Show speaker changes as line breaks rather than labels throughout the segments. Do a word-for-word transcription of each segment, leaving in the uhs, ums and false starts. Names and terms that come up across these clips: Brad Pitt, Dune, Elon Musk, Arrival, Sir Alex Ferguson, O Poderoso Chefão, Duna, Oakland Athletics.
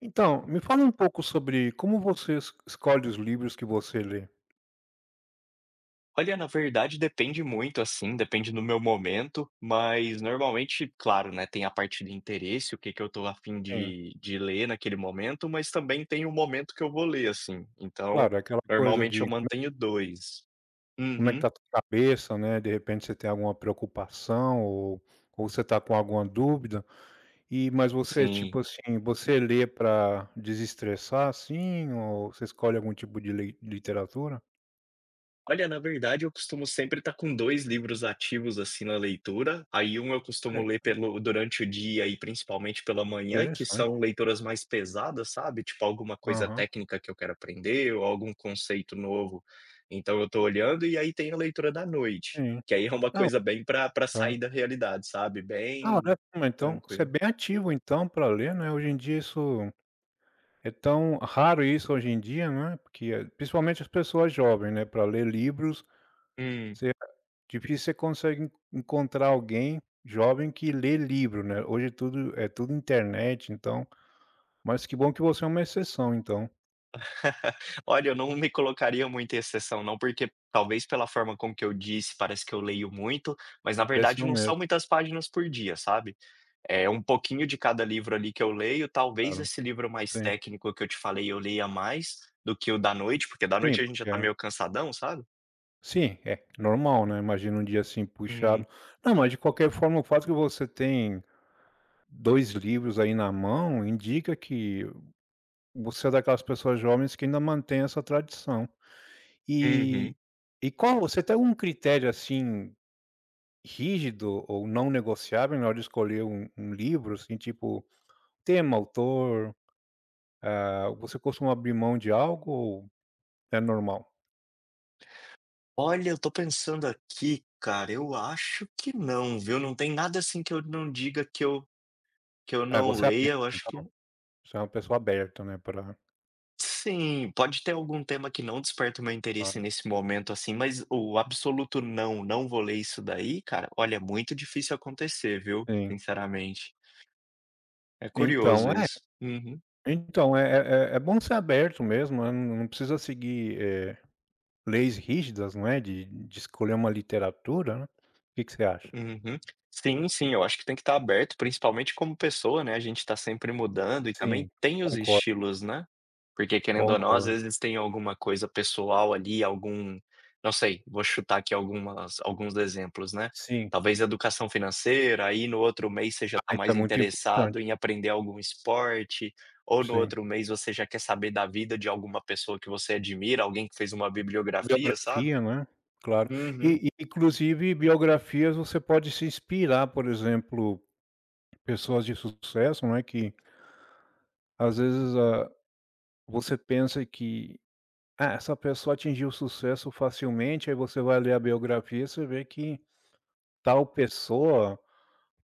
Então, me fala um pouco sobre como você es escolhe os livros que você lê.
Olha, na verdade depende muito, assim, depende do meu momento, mas normalmente, claro, né, tem a parte de interesse, o que que eu tô a fim
Sim,
de de ler naquele momento, mas também tem o momento que eu vou ler, assim, então,
claro, é aquela coisa
normalmente eu
de
mantenho dois.
como é que
Uhum,
tá a tua cabeça, né? De repente você tem alguma preocupação ou ou você tá com alguma dúvida, e mas você,
sim.
tipo assim, você lê para desestressar, assim, ou você escolhe algum tipo de lei literatura?
Olha, na verdade, eu costumo sempre estar com dois livros ativos, assim, na leitura. Aí, um eu costumo
Olha,
ler pelo durante o dia e principalmente pela manhã, que são
interessante.
leituras mais pesadas, sabe, tipo alguma coisa
Aham,
técnica que eu quero aprender ou algum conceito novo. Então eu tô olhando, e aí tem a leitura da noite,
sim.
que aí é uma
Não,
coisa bem para para
tá.
sair da realidade, sabe,
Ah,
bem
olha, então, você é
tranquilo.
bem ativo, então, para ler, né? Hoje em dia isso é tão raro isso hoje em dia, né, porque, eh, principalmente as pessoas jovens, né, para ler livros, você é difícil você consegue en encontrar alguém jovem que lê livro, né? Hoje tudo é tudo internet, então mas que bom que você é uma exceção então,
Olha, eu não me colocaria muito exceção não, porque talvez pela forma como que eu disse, parece que eu leio muito, mas na verdade
pareceu
não
mesmo,
são muitas páginas por dia, sabe. É um pouquinho de cada livro ali que eu leio, talvez
claro.
esse livro mais
Sim.
técnico que eu te falei eu leia mais do que o da noite, porque da
Sim,
noite a gente já
porque
tá
é
meio cansadão, sabe.
sim, é normal, né, imagina um dia, assim, puxado.
Hum.
Não, mas de qualquer forma o fato que você tem dois livros aí na mão indica que você é daquelas pessoas jovens que ainda mantém essa tradição. E
Uhum.
e qual você tem algum critério, assim, rígido ou não negociável na hora de escolher um um livro, assim, tipo tema, autor, ah, você costuma abrir mão de algo ou é normal?
Olha, eu tô pensando aqui, cara, eu acho que não, viu. Não tem nada assim que eu não diga que eu que eu
É,
não
você é
leia, eu
aberto
acho que
então, você é uma pessoa aberta, né? Para
sim, pode ter algum tema que não desperta o meu interesse nesse momento, assim, mas o absoluto não, não vou ler isso daí, cara, olha, é muito difícil acontecer, viu,
sim.
sinceramente. É curioso
Então, é
isso. Uhum.
então, é é é bom ser aberto mesmo, né, não não precisa seguir, eh, leis rígidas, não é, de de escolher uma literatura, né. O que que você acha?
Uhum. Sim, sim, eu acho que tem que estar aberto, principalmente como pessoa, né, a gente está sempre mudando e também
Sim,
tem os
concordo,
estilos, né. Porque querendo ou não, às
concordo.
vezes tem alguma coisa pessoal ali, algum não sei, vou chutar aqui algumas alguns exemplos, né.
Sim.
Talvez educação financeira, aí no outro mês você já
Ah,
está
isso é
mais
muito
interessado
importante.
em aprender algum esporte, ou no
Sim.
outro mês você já quer saber da vida de alguma pessoa que você admira, alguém que fez uma bibliografia, sabe.
Biografia, né, claro.
Uhum.
E e inclusive biografias você pode se inspirar, por exemplo, pessoas de sucesso, né, que às vezes, ah, você pensa que: "Ah, essa pessoa atingiu sucesso facilmente", aí você vai ler a biografia, e você vê que tal pessoa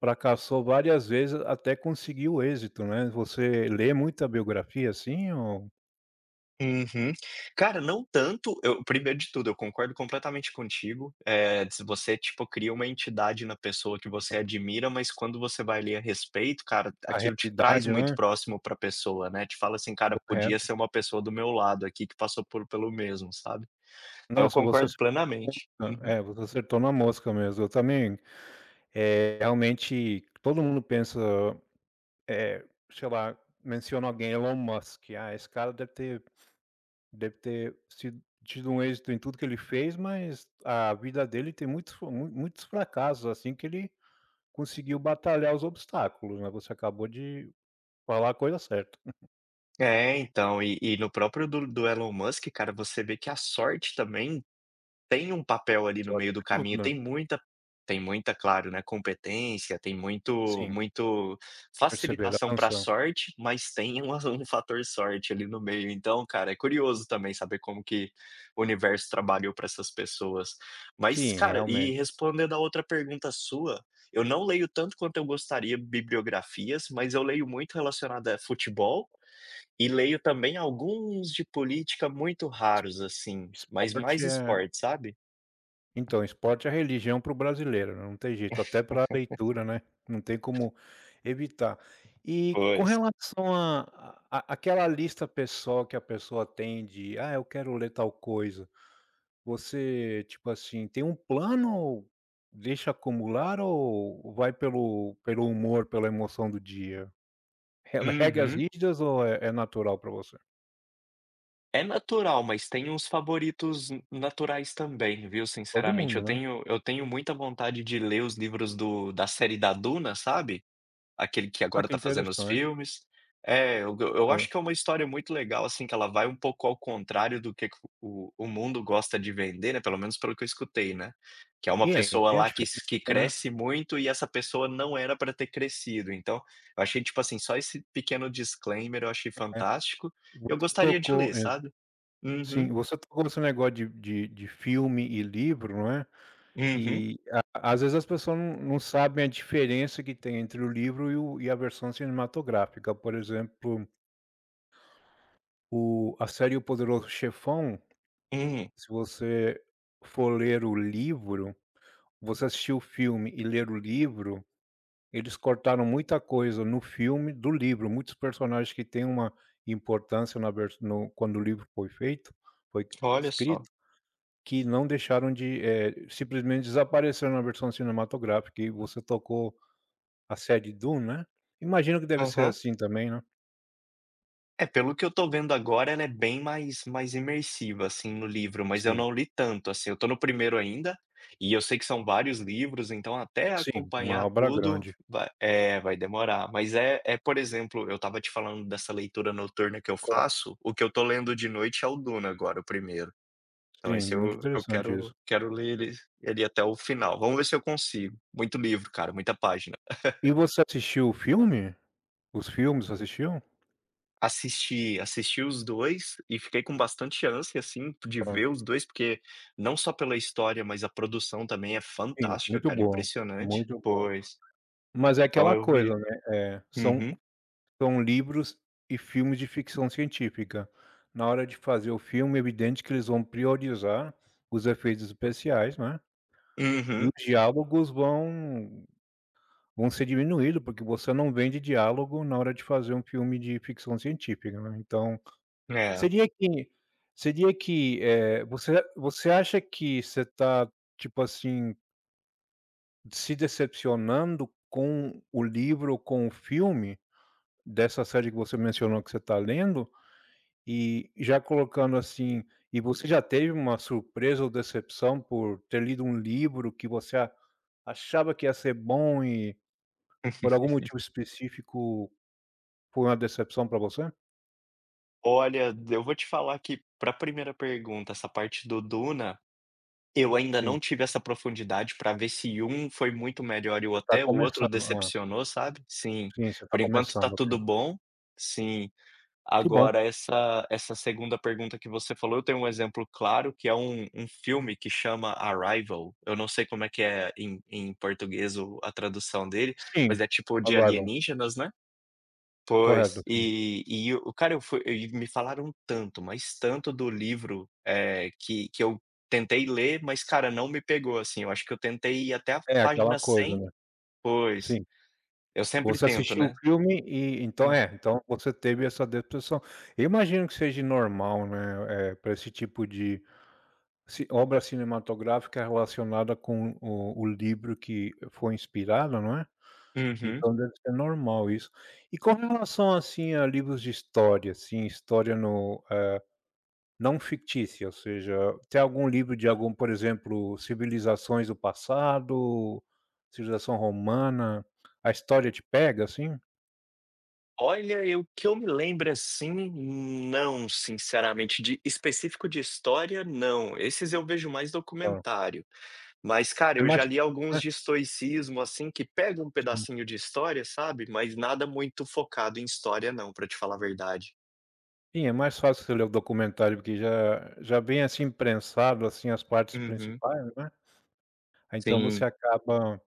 fracassou várias vezes até conseguir o êxito, né. Você lê muita biografia assim ou
Uhum. Cara, não tanto. Eu primeiro de tudo, eu concordo completamente contigo, é se você, tipo, cria uma entidade na pessoa que você admira, mas quando você vai ler a respeito, cara,
a
aquilo te traz
realidade,
muito
né?
próximo pra pessoa, né, te fala assim: "Cara, podia
Correto.
ser uma pessoa do meu lado aqui que passou por pelo mesmo", sabe. Então, eu
Nossa, você
concordo plenamente.
não,
Uhum.
é, você acertou na mosca mesmo. Eu também, é realmente todo mundo pensa, eh, sei lá, menciona alguém, Elon Musk, "Ah, esse cara deve ter deve ter sido tido um êxito em tudo que ele fez, mas a vida dele tem muitos fa mui muitos fracassos, assim, que ele conseguiu batalhar os obstáculos", né, você acabou de falar a coisa certa.
É, então, e e no próprio do do Elon Musk, cara, você vê que a sorte também tem um papel ali no
Sorte
meio do caminho,
ajuda.
tem muita tem muita, claro, né, competência, tem muito
Sim,
muito
perceber, a
facilitação para
canção.
sorte, mas tem um um fator sorte ali no meio. Então, cara, é curioso também saber como que o universo trabalhou para essas pessoas. Mas,
Sim,
cara, e
realmente.
respondendo a outra pergunta sua, eu não leio tanto quanto eu gostaria bibliografias, mas eu leio muito relacionado a futebol e leio também alguns de política muito raros, assim, mas mais
Esporte é
esporte, sabe?
então, esporte é religião para o brasileiro, né, não tem jeito, até para a leitura, né, não tem como evitar. E com
Pois.
relação a a aquela lista pessoal que a pessoa tem de: "Ah, eu quero ler tal coisa", você, tipo assim, tem um plano ou deixa acumular ou vai pelo pelo humor, pela emoção do dia? Re regras
Uhum.
rígidas ou é é natural para você?
É natural, mas tem uns favoritos n- naturais também, viu,
Todo
sinceramente.
mundo,
Eu
né.
tenho eu tenho muita vontade de ler os livros do da série da Duna, sabe? Aquele que
Ah,
agora
que
tá fazendo os
interessante.
filmes. É, eu go eu
Hã.
acho que é uma história muito legal, assim, que ela vai um pouco ao contrário do que que o o mundo gosta de vender, né, pelo menos pelo que eu escutei, né. Que é uma
E aí,
pessoa
tem a
lá que
diferença,
s que
né.
cresce muito e essa pessoa não era pra ter crescido, então, eu achei, tipo assim, só esse pequeno disclaimer eu achei fantástico, eu
Você
gostaria de
tocou
ler, sabe.
sim,
Uhum,
você tocou nesse negócio de de de filme e livro, não é,
uhum,
e a às vezes as pessoas não não sabem a diferença que tem entre o livro e o e a versão cinematográfica. Por exemplo, o a série O Poderoso Chefão,
uhum.
se você for ler o livro, você assistir o filme e ler o livro, eles cortaram muita coisa no filme do livro, muitos personagens que têm uma importância na vers no quando o livro foi feito, foi
Olha só.
escrito, que não deixaram de, eh, simplesmente desapareceram na versão cinematográfica e você tocou a série Dune, né. Imagino que deve ser
Aham.
assim também, né.
É, pelo que eu tô vendo agora, ela é bem mais mais imersiva, assim, no livro, mas eu
Sim,
não li tanto, assim, eu tô no primeiro ainda, e eu sei que são vários livros, então até
sim, uma
acompanhar
obra
tudo
grande.
vai é, vai demorar. Mas é é, por exemplo, eu estava te falando dessa leitura noturna que eu
Claro.
faço, o que eu tô lendo de noite é o Duna agora, o primeiro. Então
Sim,
esse
muito
eu eu
interessante isso.
quero quero ler ele ele até o final. Vamos ver se eu consigo. Muito livro, cara, muita página.
E você assistiu o filme? Os filmes, você assistiu?
Assisti, assisti os dois e fiquei com bastante ânsia, assim, de
Claro.
ver os dois porque não só pela história, mas a produção também é
Sim,
fantástica,
muito
cara,
bom,
impressionante.
muito bom.
Pois,
Mas é
então
aquela
eu
coisa,
vi.
né, eh, são
Uhum,
são livros e filmes de ficção científica. Na hora de fazer o filme, é evidente que eles vão priorizar os efeitos especiais, né. E
uhum,
os diálogos vão vão ser diminuídos porque você não vende diálogo na hora de fazer um filme de ficção científica, né, então
é.
seria que seria que, eh, você você acha que você tá, tipo assim, se decepcionando com o livro ou com o filme dessa série que você mencionou que você tá lendo? E já colocando assim e você já teve uma surpresa ou decepção por ter lido um livro que você a achava que ia ser bom e por algum motivo específico, foi uma decepção pra você?
Olha, eu vou te falar que para a primeira pergunta, essa parte do Duna, eu ainda
Sim,
não tive essa profundidade para ver se um foi muito melhor e o
você tá
até o outro
começando, hã.
decepcionou, sabe. Sim,
Sim, você tá
por enquanto tá
começando, ok.
tudo bom. Sim.
Que bom.
Agora essa essa segunda pergunta que você falou, eu tenho um exemplo claro que é um um filme que chama Arrival, eu não sei como é que é em em português o a tradução dele,
Sim,
mas é tipo de
Arrival,
alienígenas, né.
correto,
Pois,
sim.
e e o cara eu fui e me falaram tanto, mas tanto do livro, eh, que que eu tentei ler, mas cara, não me pegou, assim, eu acho que eu tentei ir até a
É aquela
página
coisa,
cem,
né.
pois,
Sim.
eu sempre
Você
tento,
assistiu o
né.
filme e então
Hum,
é, então você teve essa decepção. Eu imagino que seja normal, né, eh, pra esse tipo de ci obra cinematográfica relacionada com o o livro que foi inspirado, não é?
uhum.
Então deve ser normal isso. E com relação, assim, a livros de história, assim, história no eh, não fictícia, ou seja, tem algum livro de algum, por exemplo, civilizações do passado, civilização romana, a história te pega, assim?
Olha, eu que eu me lembro, assim, não, sinceramente, de específico de história, não. Esses eu vejo mais
Tá.
documentário. Mas, cara,
É
eu já
mais
li alguns
né,
de estoicismo, assim, que pega um
sim.
pedacinho de história, sabe, mas nada muito focado em história não, pra te falar a verdade.
Sim, é mais fácil você ler o documentário, porque já já vem, assim, prensado, assim, as partes
Uhum,
principais, né, aí então você
sim.
acaba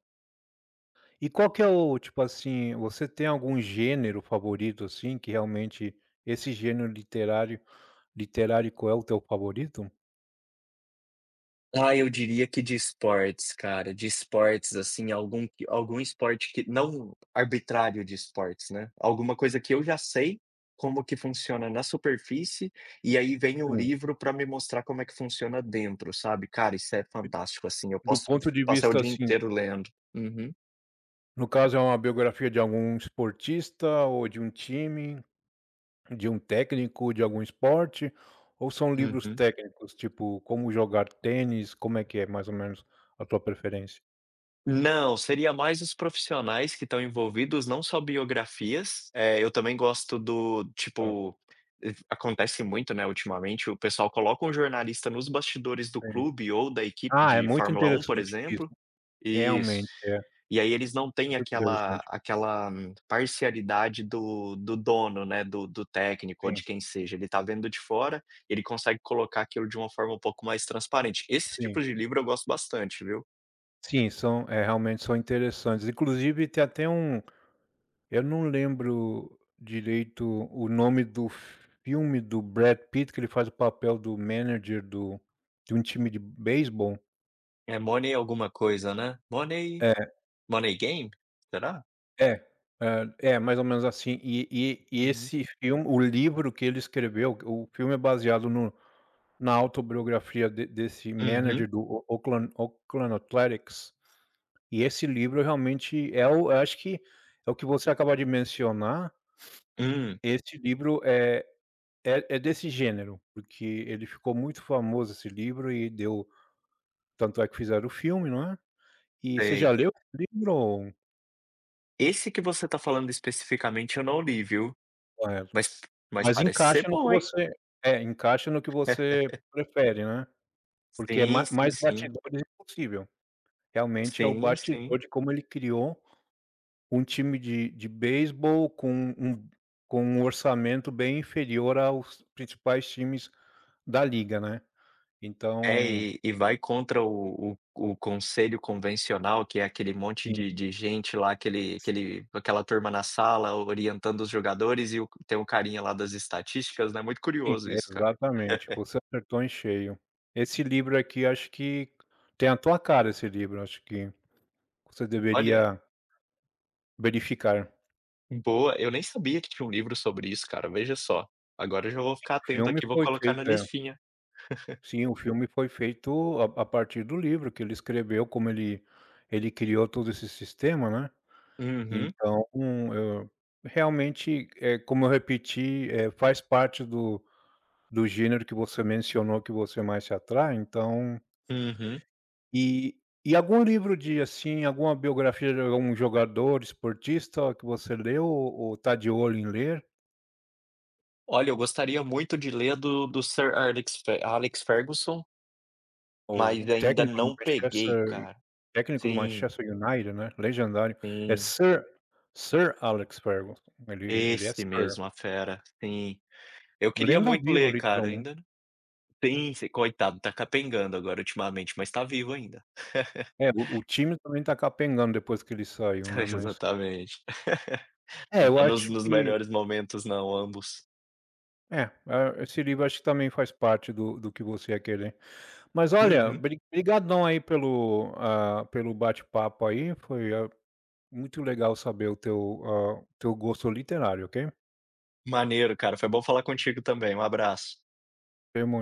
e qual que é o tipo assim, você tem algum gênero favorito, assim, que realmente esse gênero literário literárico é o teu favorito?
Ah, eu diria que de esportes, cara, de esportes, assim, algum que algum esporte que não arbitrário de esportes, né. Alguma coisa que eu já sei como que funciona na superfície, e aí vem o
Sim.
livro para me mostrar como é que funciona dentro, sabe. Cara, isso é fantástico, assim, eu
Do
posso
ponto de
passar o
vista,
dia
assim,
inteiro lendo. Uhum.
no caso é uma biografia de algum esportista ou de um time, de um técnico de algum esporte, ou são livros técnicos, tipo como jogar tênis, como é que é mais ou menos a tua preferência
Não, seria mais os profissionais que estão envolvidos, não só biografias. Eh, eu também gosto do
para o
tipo, eh, acontece muito, né, ultimamente, o pessoal coloca um jornalista nos bastidores do
tênis?
clube ou da equipe
Ah, é
de
muito
Fórmula Um, por
interessante isso,
exemplo. Isso.
realmente é
E aí eles não têm
muito
aquela
interessante.
aquela hum, parcialidade do do dono, né, do do técnico ou
Sim,
de quem seja. Ele tá vendo de fora, ele consegue colocar aquilo de uma forma um pouco mais transparente. Esse
sim.
tipo de livro eu gosto bastante, viu?
Sim, são é, realmente são interessantes. Inclusive tem até um eu não lembro direito o nome do filme do Brad Pitt, que ele faz o papel do manager do de um time de beisebol.
É Money alguma coisa, né? Money
É,
Money Game? Será?
é, hã, é mais ou menos assim. E e e
Uhum.
esse filme o livro que ele escreveu, o filme é baseado no na autobiografia de desse
Uhum.
manager do O Oakland Oakland Athletics, e esse livro realmente é o eu acho que é o que você acaba de mencionar,
Hum,
esse livro é é é desse gênero, porque ele ficou muito famoso esse livro e deu tanto é que fizeram o filme, não é. E você já
sei.
leu esse livro?
Esse que você tá falando especificamente eu não li, viu.
É,
Mas mas
mas
parece ser
encaixa no que
bom, hein.
você é, encaixa no que você prefere, né. Porque é
Sim,
ma
sim,
mais
sim.
bastidores impossível. Realmente é o
Sim, sim.
bastidor de como ele criou um time de de beisebol com um com um orçamento bem inferior aos principais times da liga, né.
É,
Então,
e e vai contra o o o conselho convencional, que é aquele monte de de gente lá, aquele aquele aquela turma na sala orientando os jogadores e o tem o carinha lá das estatísticas, né, muito
sim,
curioso isso, cara.
exatamente, você acertou em cheio. Esse livro aqui acho que tem a tua cara esse livro, acho que você
Olha,
deveria verificar.
boa, eu nem sabia que tinha um livro sobre isso, cara, veja só. Agora eu já vou ficar
O
atento
filme
aqui, vou
foi
colocar
feito
na
é,
listinha.
sim, o filme foi feito a a partir do livro que ele escreveu, como ele ele criou todo esse sistema, né,
Uhum,
então, eu realmente, eh, como eu repeti, eh, faz parte do do gênero que você mencionou que você mais se atrai, então
uhum.
E e algum livro de, assim, alguma biografia de algum jogador, esportista que você leu ou tá de olho em ler?
Olha, eu gostaria muito de ler do do Sir Alex Fe Alex Ferguson,
Ou o
mas ainda
técnico do
não peguei,
Manchester
cara.
técnico do
Sim,
Manchester United, né, legendário, é
sim.
Sir Sir Alex Ferguson, ele ele é
Esse
Sir,
mesmo, a fera, sim. Eu queria
lenda
muito
viva
ler, cara,
literalmente.
ainda não. Sim, sim, coitado, tá capengando agora ultimamente, mas tá vivo ainda.
É, o o time também tá capengando depois que ele saiu, né, mas
Exatamente.
é,
Não
eu
tá nos
acho
nos
que
melhores momentos não, ambos.
é, ah, esse livro acho que também faz parte do do que você ia querer. Mas olha,
Uhum.
bri brigadão aí pelo, ah, pelo bate-papo aí, foi, ah, muito legal saber o teu, ah, teu gosto literário, ok?
Maneiro, cara. Foi bom falar contigo também. Um abraço.
Tenha